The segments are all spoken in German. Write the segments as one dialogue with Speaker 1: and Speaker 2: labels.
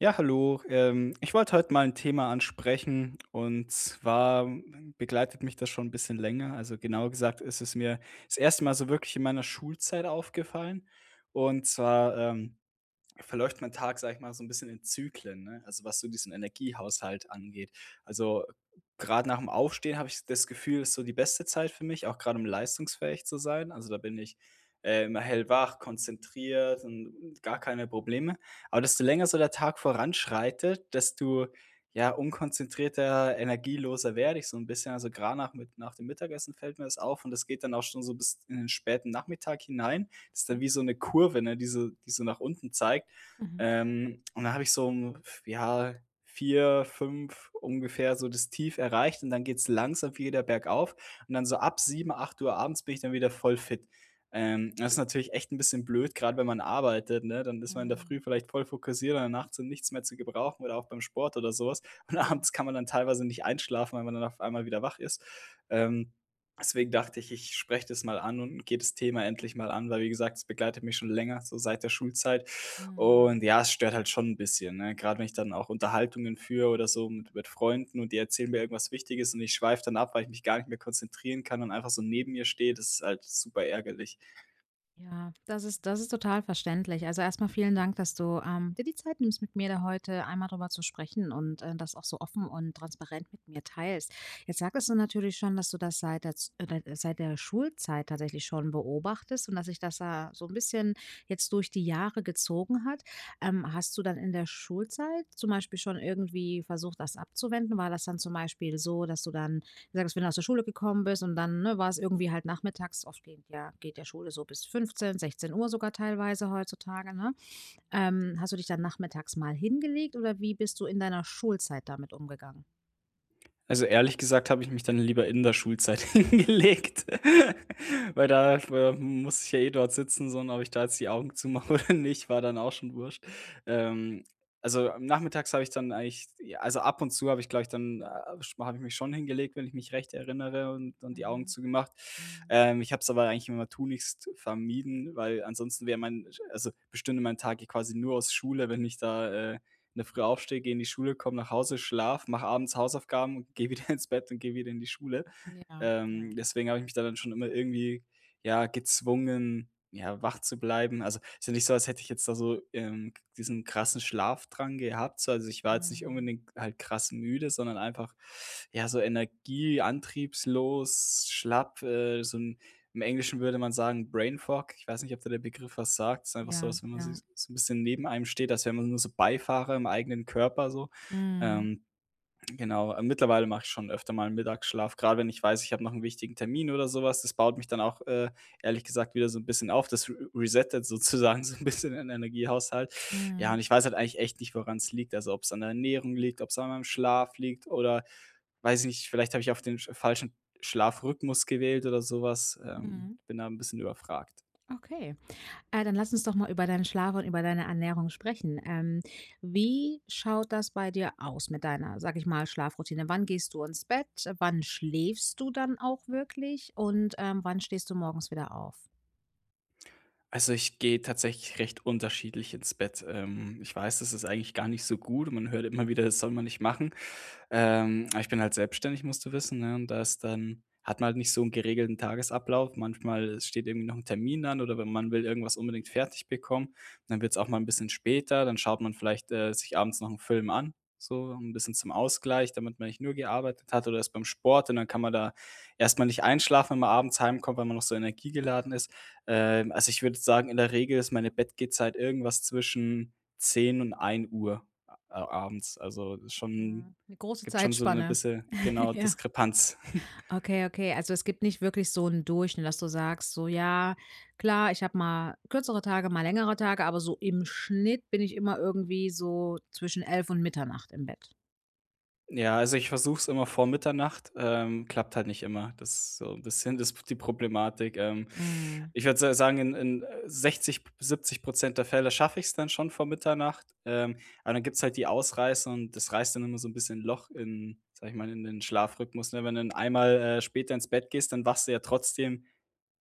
Speaker 1: Ja, hallo. Ich wollte heute mal ein Thema ansprechen und zwar begleitet mich das schon ein bisschen länger. Also, genauer gesagt ist es mir das erste Mal so wirklich in meiner Schulzeit aufgefallen und zwar, verläuft mein Tag, sage ich mal, so ein bisschen in Zyklen, ne? Also, was so diesen Energiehaushalt angeht. Also, gerade nach dem Aufstehen habe ich das Gefühl, ist so die beste Zeit für mich, auch gerade um leistungsfähig zu sein. Also, da bin ich, immer hellwach, konzentriert und gar keine Probleme. Aber desto länger so der Tag voranschreitet, desto, ja, unkonzentrierter, energieloser werde ich so ein bisschen. Also, gerade nach dem Mittagessen fällt mir das auf und das geht dann auch schon so bis in den späten Nachmittag hinein. Das ist dann
Speaker 2: Mhm.
Speaker 1: wie so eine Kurve, ne, die so nach unten zeigt.
Speaker 2: Mhm.
Speaker 1: Und dann habe ich so um, ja, 4 5 ungefähr so das Tief erreicht und dann geht's langsam wieder bergauf und dann so ab sieben acht Uhr abends bin ich dann wieder voll fit. Das ist natürlich echt ein bisschen blöd, gerade wenn man arbeitet, ne? Dann ist man in der Früh
Speaker 2: Mhm.
Speaker 1: vielleicht voll fokussiert und nachts sind nichts mehr zu gebrauchen oder auch beim Sport oder sowas. Und
Speaker 2: Mhm.
Speaker 1: abends kann man dann teilweise nicht einschlafen, weil man dann auf einmal wieder wach ist. Ähm, deswegen dachte ich, ich spreche das mal an und gehe das Thema endlich mal an, weil wie gesagt, es begleitet mich schon länger, so seit der Schulzeit. Und
Speaker 2: Mhm.
Speaker 1: ja, es stört halt schon ein bisschen, ne? Grad wenn ich dann auch Unterhaltungen führe oder so mit Freunden und die erzählen mir irgendwas Wichtiges und ich schweife dann ab, weil ich mich gar nicht mehr konzentrieren kann und einfach so neben mir stehe. Das ist halt super ärgerlich.
Speaker 2: Ja, das ist total verständlich. Also, erstmal vielen Dank, dass du, dir die Zeit nimmst, mit mir da heute einmal drüber zu sprechen und, das auch so offen und transparent mit mir teilst. Jetzt sagtest du natürlich schon, dass du das seit der Schulzeit tatsächlich schon beobachtest und dass sich das da so ein bisschen jetzt durch die Jahre gezogen hat. Hast du dann in der Schulzeit zum Beispiel schon irgendwie versucht, das abzuwenden? War das dann zum Beispiel so, dass du dann sagtest, wenn du aus der Schule gekommen bist und dann ne, war es irgendwie halt nachmittags, oft geht ja Schule so bis 15, 16 Uhr sogar teilweise heutzutage, ne? Hast du dich dann nachmittags mal hingelegt oder wie bist du in deiner Schulzeit damit umgegangen?
Speaker 1: Also, ehrlich gesagt habe ich mich dann lieber in der Schulzeit hingelegt, weil da musste ich ja eh dort sitzen, so und ob ich da jetzt die Augen zumache oder nicht, war dann auch schon wurscht. Ähm, also, am nachmittags habe ich dann eigentlich ja, also ab und zu habe ich, glaube ich, dann, sch habe ich mich schon hingelegt, wenn ich mich recht erinnere und die Augen
Speaker 2: Mhm,
Speaker 1: zugemacht.
Speaker 2: mhm.
Speaker 1: Ich habe es aber eigentlich immer tunlichst vermieden, weil ansonsten wäre mein also, bestünde mein Tag ja quasi nur aus Schule, wenn ich da in der Früh aufstehe, gehe in die Schule, komme nach Hause, schlafe, mache abends Hausaufgaben und gehe wieder ins Bett und gehe wieder in die Schule.
Speaker 2: Ja,
Speaker 1: Ähm,
Speaker 2: ja.
Speaker 1: deswegen habe ich mich da dann schon immer irgendwie, ja, gezwungen, ja, wach zu bleiben. Also, ist ja nicht so, als hätte ich jetzt da so, diesen krassen Schlafdrang gehabt. So, also ich war jetzt nicht
Speaker 2: Mhm.
Speaker 1: unbedingt halt krass müde, sondern einfach, ja, so Energieantriebslos schlapp, so im Englischen würde man sagen Brain Fog. Ich weiß nicht, ob da der Begriff was sagt. Es ist einfach so,
Speaker 2: Ja,
Speaker 1: als wenn man sich
Speaker 2: ja.
Speaker 1: so ein bisschen neben einem steht, als wäre man nur so Beifahrer im eigenen Körper so.
Speaker 2: Mhm,
Speaker 1: Ähm, Genau, mittlerweile mache ich schon öfter mal 'n Mittagsschlaf, grade wenn ich weiß, ich habe noch 'n wichtigen Termin oder so was. Das baut mich dann auch, ehrlich gesagt wieder so 'n bisschen auf. Das re resettet sozusagen so 'n bisschen den Energiehaushalt. Ja, und
Speaker 2: mhm,
Speaker 1: ich weiß halt eigentlich echt nicht, woran's liegt. Also, ob's an der Ernährung liegt, ob's an meinem Schlaf liegt oder weiß ich nicht, vielleicht habe ich auch den sch falschen Schlafrhythmus gewählt oder so was. Ähm,
Speaker 2: mhm.
Speaker 1: bin da 'n bisschen überfragt.
Speaker 2: Okay. Dann lass uns doch mal über deinen Schlaf und über deine Ernährung sprechen. Wie schaut das bei dir aus mit deiner, sag ich mal, Schlafroutine? Wann gehst du ins Bett? Wann schläfst du dann auch wirklich? Und wann stehst du morgens wieder auf?
Speaker 1: Also, ich gehe tatsächlich recht unterschiedlich ins Bett. Ich weiß, das ist eigentlich gar nicht so gut und man hört immer wieder, das soll man nicht machen. Aber ich bin halt selbstständig, musst du wissen, ne? Und da ist dann hat man halt nicht so 'n geregelten Tagesablauf. Manchmal steht irgendwie noch 'n Termin an oder wenn man will irgendwas unbedingt fertig bekommen, dann wird's auch mal 'n bisschen später. Dann schaut man vielleicht, sich abends noch 'n Film an, so 'n bisschen zum Ausgleich, damit man nicht nur gearbeitet hat oder ist beim Sport und dann kann man da erst mal nicht einschlafen, wenn man abends heimkommt, weil man noch so energiegeladen ist. Also, ich würde sagen, in der Regel ist meine Bettgehzeit irgendwas zwischen 10 und 1:00 a abends. Also, schon.
Speaker 2: Mhm. Eine große
Speaker 1: Gibt schon so 'ne
Speaker 2: Zeitspanne.
Speaker 1: bisschen, genau,
Speaker 2: Ja.
Speaker 1: Diskrepanz.
Speaker 2: Okay, okay. Also es gibt nicht wirklich so einen Durchschnitt, dass du sagst, so ja, klar, ich habe mal kürzere Tage, mal längere Tage, aber so im Schnitt bin ich immer irgendwie so zwischen 11 und Mitternacht im Bett.
Speaker 1: Ja, also, ich versuche es immer vor Mitternacht, klappt halt nicht immer. Das ist so 'n bisschen das die Problematik. Ähm,
Speaker 2: Mm,
Speaker 1: ich würde sa sagen, in in 60 p 70 der Fälle schaffe ich's dann schon vor Mitternacht, aber dann gibt's halt die Ausreißer und das reißt dann immer so 'n bisschen Loch in, sage ich mal, in den Schlafrhythmus, ne? Wenn du dann einmal, später ins Bett gehst, dann wachst du ja trotzdem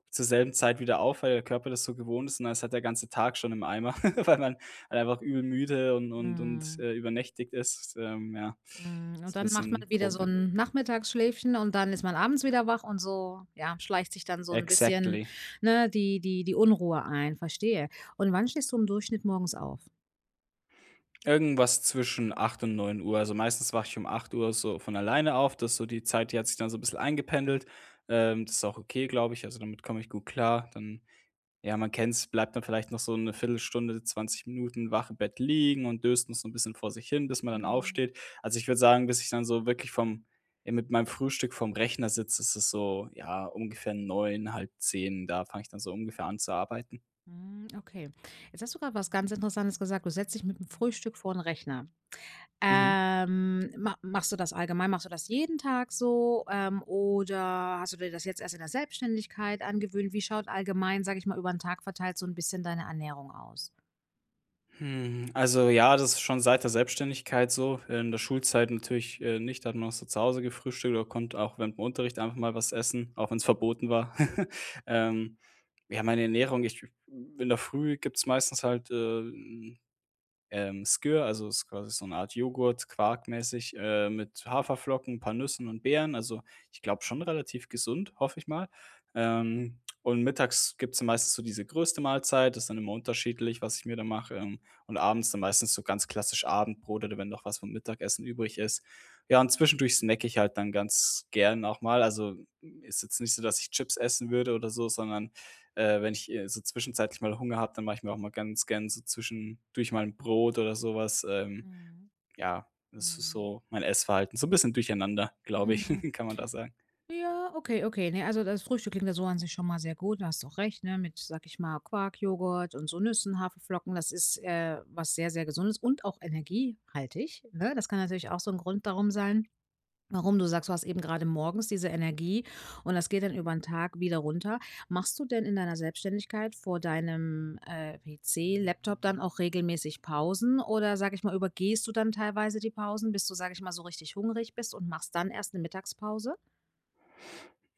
Speaker 1: zur selben Zeit wieder auf, weil der Körper das so gewohnt ist und dann ist halt der ganze Tag schon im Eimer, weil man halt einfach übel müde und und und,
Speaker 2: mm.
Speaker 1: äh, übernächtigt ist. Ja,
Speaker 2: Hm, und
Speaker 1: ist ein
Speaker 2: dann macht man
Speaker 1: bisschen
Speaker 2: wieder so
Speaker 1: Problem.
Speaker 2: ein Nachmittagsschläfchen und dann ist man abends wieder wach und so, ja, schleicht sich dann so ein bisschen,
Speaker 1: Exactly.
Speaker 2: ne, die Unruhe ein, verstehe. Und wann stehst du im Durchschnitt morgens auf?
Speaker 1: Irgendwas zwischen acht und neun Uhr. Also, meistens wache ich um acht Uhr so von alleine auf. Das ist so die Zeit, die hat sich dann so ein bisschen eingependelt. Das ist auch okay, glaube ich. Also, damit komme ich gut klar. Dann ja, man kennt's, bleibt dann vielleicht noch so eine Viertelstunde, 20 Minuten wach im Bett liegen und döst noch so ein bisschen vor sich hin, bis man dann
Speaker 2: Mhm.
Speaker 1: aufsteht. Also, ich würde sagen, bis ich dann so wirklich vom mit meinem Frühstück vom Rechner sitze, ist es so, ja, ungefähr neun halb zehn. Da fange ich dann so ungefähr an zu arbeiten.
Speaker 2: Hm, okay. Jetzt hast du gerade was ganz Interessantes gesagt. Du setzt dich mit dem Frühstück vor den Rechner.
Speaker 1: Mhm.
Speaker 2: Ma Machst du das allgemein? Machst du das jeden Tag so, oder hast du dir das jetzt erst in der Selbstständigkeit angewöhnt? Wie schaut allgemein, sage ich mal, über den Tag verteilt so ein bisschen deine Ernährung aus?
Speaker 1: Hm, also ja, das ist schon seit der Selbstständigkeit so. In der Schulzeit natürlich, nicht, da hat man auch so zu Hause gefrühstückt oder konnte auch während dem Unterricht einfach mal was essen, auch wenn es verboten war. Ähm, ja, meine Ernährung, ich in der Früh gibt's meistens halt, Skyr, also ist quasi so eine Art Joghurt, quarkmäßig, mit Haferflocken, ein paar Nüssen und Beeren. Also, ich glaube schon relativ gesund, hoffe ich mal. Und mittags gibt's dann meistens so diese größte Mahlzeit, das ist dann immer unterschiedlich, was ich mir da mache, und abends dann meistens so ganz klassisch Abendbrot oder wenn noch was vom Mittagessen übrig ist. Ja, und zwischendurch snacke ich halt dann ganz gern auch mal. Also, ist jetzt nicht so, dass ich Chips essen würde oder so, sondern wenn ich, so zwischenzeitlich mal Hunger habe, dann mache ich mir auch mal ganz gern so zwischendurch mal ein Brot oder sowas. Ähm,
Speaker 2: Mhm,
Speaker 1: ja, das ist
Speaker 2: mhm.
Speaker 1: so mein Essverhalten. So ein bisschen durcheinander, glaube ich,
Speaker 2: Mhm.
Speaker 1: kann man da sagen.
Speaker 2: Ja, okay, okay. Ne, also das Frühstück klingt ja so an sich schon mal sehr gut. Da hast du auch recht, ne? Mit, sag ich mal, Quark, Joghurt und so Nüssen, Haferflocken. Das ist was sehr, sehr Gesundes und auch energiehaltig. Ne? Das kann natürlich auch so ein Grund darum sein, warum du sagst, du hast eben gerade morgens diese Energie und das geht dann über den Tag wieder runter. Machst du denn in deiner Selbstständigkeit vor deinem PC, Laptop dann auch regelmäßig Pausen oder, sag ich mal, übergehst du dann teilweise die Pausen, bis du, sag ich mal, so richtig hungrig bist und machst dann erst eine Mittagspause?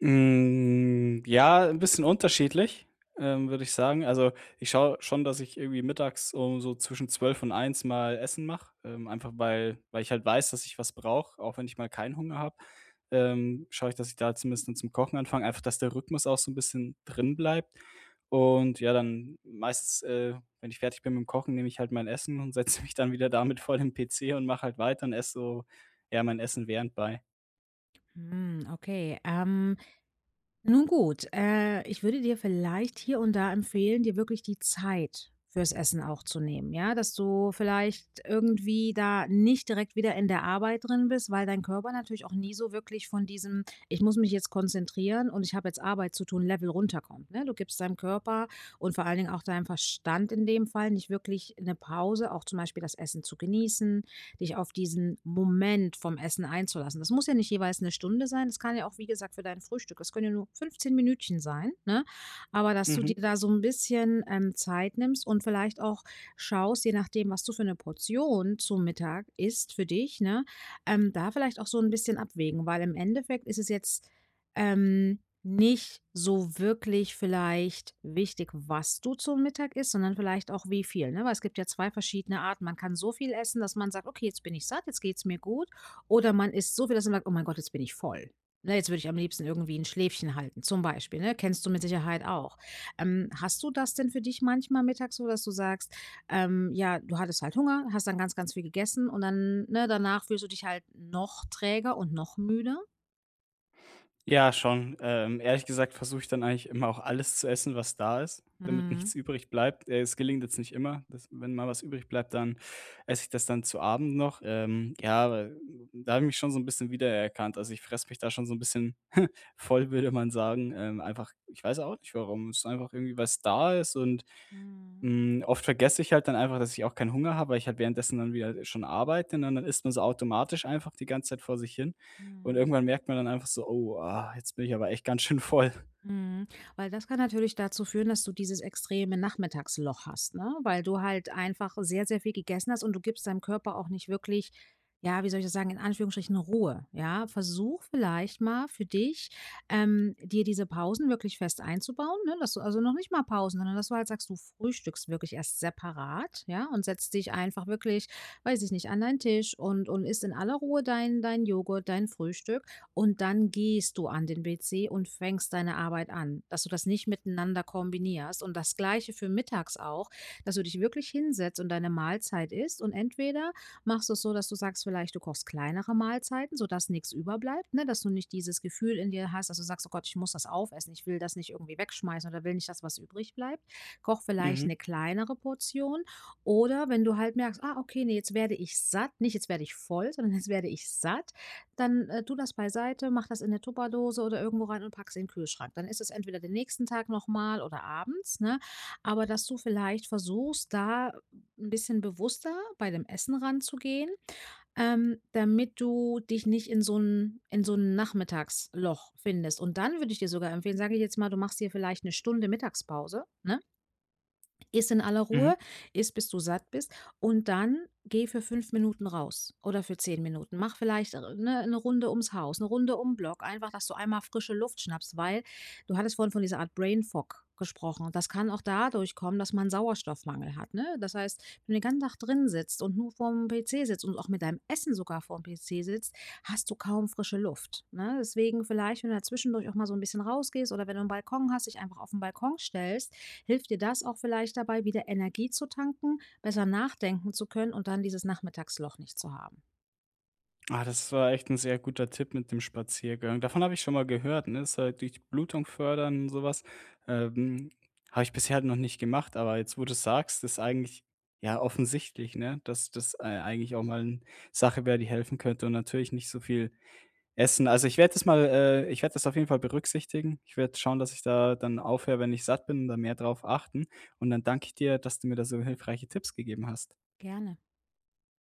Speaker 1: Hm, ja, ein bisschen unterschiedlich, würde ich sagen. Also, ich schaue schon, dass ich irgendwie mittags um so zwischen 12 und eins mal Essen mache, einfach weil ich halt weiß, dass ich was brauche, auch wenn ich mal keinen Hunger habe, schaue ich, dass ich da zumindest dann zum Kochen anfange, einfach, dass der Rhythmus auch so ein bisschen drin bleibt. Und ja, dann meistens, wenn ich fertig bin mit dem Kochen, nehme ich halt mein Essen und setze mich dann wieder damit vor den PC und mache halt weiter und esse so, ja, mein Essen währendbei.
Speaker 2: Hm, okay. Nun gut, ich würde dir vielleicht hier und da empfehlen, dir wirklich die Zeit fürs Essen auch zu nehmen, ja, dass du vielleicht irgendwie da nicht direkt wieder in der Arbeit drin bist, weil dein Körper natürlich auch nie so wirklich von diesem, ich muss mich jetzt konzentrieren und ich habe jetzt Arbeit zu tun, Level runterkommt. Ne? Du gibst deinem Körper und vor allen Dingen auch deinem Verstand in dem Fall nicht wirklich eine Pause, auch zum Beispiel das Essen zu genießen, dich auf diesen Moment vom Essen einzulassen. Das muss ja nicht jeweils eine Stunde sein. Das kann ja auch, wie gesagt, für dein Frühstück. Das können ja nur 15 Minütchen sein. Ne? Aber dass du
Speaker 1: Mhm.
Speaker 2: dir da so ein bisschen Zeit nimmst und vielleicht auch schaust, je nachdem, was du für eine Portion zum Mittag isst für dich, ne? Da vielleicht auch so ein bisschen abwägen. Weil im Endeffekt ist es jetzt ähm, nicht so wirklich vielleicht wichtig, was du zum Mittag isst, sondern vielleicht auch wie viel, ne? Weil es gibt ja 2 verschiedene Arten. Man kann so viel essen, dass man sagt: „Okay, jetzt bin ich satt, jetzt geht's mir gut.“ Oder man isst so viel, dass man sagt: „Oh mein Gott, jetzt bin ich voll. Ne, jetzt würde ich am liebsten irgendwie ein Schläfchen halten“, zum Beispiel, ne? Kennst du mit Sicherheit auch. Hast du das denn für dich manchmal mittags so, dass du sagst, ja, du hattest halt Hunger, hast dann ganz, ganz viel gegessen und dann, ne, danach fühlst du dich halt noch träger und noch müder?
Speaker 1: Ja, schon. Ehrlich gesagt versuche ich dann eigentlich immer auch alles zu essen, was da ist, damit
Speaker 2: Mhm.
Speaker 1: nichts übrig bleibt. Es gelingt jetzt nicht immer. Das, wenn mal was übrig bleibt, dann esse ich das dann zu Abend noch. Ja, aber da habe ich mich schon so ein bisschen wiedererkannt. Also ich fresse mich da schon so ein bisschen voll, würde man sagen. Einfach, ich weiß auch nicht warum. Es ist einfach irgendwie, was da ist und
Speaker 2: Mhm,
Speaker 1: hm, oft vergesse ich halt dann einfach, dass ich auch keinen Hunger habe, weil ich halt währenddessen dann wieder schon arbeite, ne, und dann isst man so automatisch einfach die ganze Zeit vor sich hin. Und
Speaker 2: mhm,
Speaker 1: irgendwann merkt man dann einfach so: „Oh, ah, jetzt bin ich aber echt ganz schön voll."
Speaker 2: mhm. Weil das kann natürlich dazu führen, dass du dieses extreme Nachmittagsloch hast, ne? Weil du halt einfach sehr, sehr viel gegessen hast und du gibst deinem Körper auch nicht wirklich, ja, wie soll ich das sagen, in Anführungsstrichen Ruhe. Ja, versuch vielleicht mal für dich, dir diese Pausen wirklich fest einzubauen, ne? Dass du also noch nicht mal Pausen, sondern dass du halt sagst, du frühstückst wirklich erst separat, ja, und setzt dich einfach wirklich, weiß ich nicht, an deinen Tisch und isst in aller Ruhe dein Joghurt, dein Frühstück. Und dann gehst du an den WC und fängst deine Arbeit an, dass du das nicht miteinander kombinierst. Und das Gleiche für mittags auch, dass du dich wirklich hinsetzt und deine Mahlzeit isst. Und entweder machst du es so, dass du sagst, vielleicht du kochst kleinere Mahlzeiten, sodass nichts überbleibt, ne? Dass du nicht dieses Gefühl in dir hast, dass du sagst, oh Gott, ich muss das aufessen, ich will das nicht irgendwie wegschmeißen oder will nicht, dass was übrig bleibt. Koch vielleicht
Speaker 1: Mhm,
Speaker 2: eine kleinere Portion. Oder wenn du halt merkst, ah, okay, nee, jetzt werde ich satt, nicht jetzt werde ich voll, sondern jetzt werde ich satt, dann, tu das beiseite, mach das in 'ne Tupperdose oder irgendwo rein und pack's in den Kühlschrank. Dann ist es entweder den nächsten Tag nochmal oder abends, ne? Aber dass du vielleicht versuchst, da ein bisschen bewusster bei dem Essen ranzugehen, damit du dich nicht in so ein Nachmittagsloch findest. Und dann würde ich dir sogar empfehlen, sage ich jetzt mal, du machst dir vielleicht eine Stunde Mittagspause, ne? Iss in aller
Speaker 1: mhm.
Speaker 2: Ruhe, iss, bis du satt bist und dann geh für 5 Minuten raus oder für 10 Minuten. Mach vielleicht, eine ne, 'ne Runde ums Haus, eine Runde um 'n Block, einfach, dass du einmal frische Luft schnappst, weil du hattest vorhin von dieser Art Brain Fog gesprochen. Das kann auch dadurch kommen, dass man Sauerstoffmangel hat, ne? Das heißt, wenn du den ganzen Tag drin sitzt und nur vorm PC sitzt und auch mit deinem Essen sogar vorm PC sitzt, hast du kaum frische Luft, ne? Deswegen vielleicht, wenn du da zwischendurch auch mal so ein bisschen rausgehst oder wenn du einen Balkon hast, dich einfach auf 'n Balkon stellst. Hilft dir das auch vielleicht dabei, wieder Energie zu tanken, besser nachdenken zu können und dann dieses Nachmittagsloch nicht zu haben?
Speaker 1: Ah, das war echt ein sehr guter Tipp mit dem Spaziergang. Davon habe ich schon mal gehört, ne? Das ist halt durch die Blutung fördern und sowas. Ähm, habe ich bisher halt noch nicht gemacht, aber jetzt, wo du's sagst, ist eigentlich, ja, offensichtlich, ne, dass das, eigentlich auch mal eine Sache wäre, die helfen könnte und natürlich nicht so viel Essen. Also, ich werde das mal ich werde das auf jeden Fall berücksichtigen. Ich werde schauen, dass ich da dann aufhöre, wenn ich satt bin und da mehr drauf achten. Und dann danke ich dir, dass du mir da so hilfreiche Tipps gegeben hast.
Speaker 2: Gerne.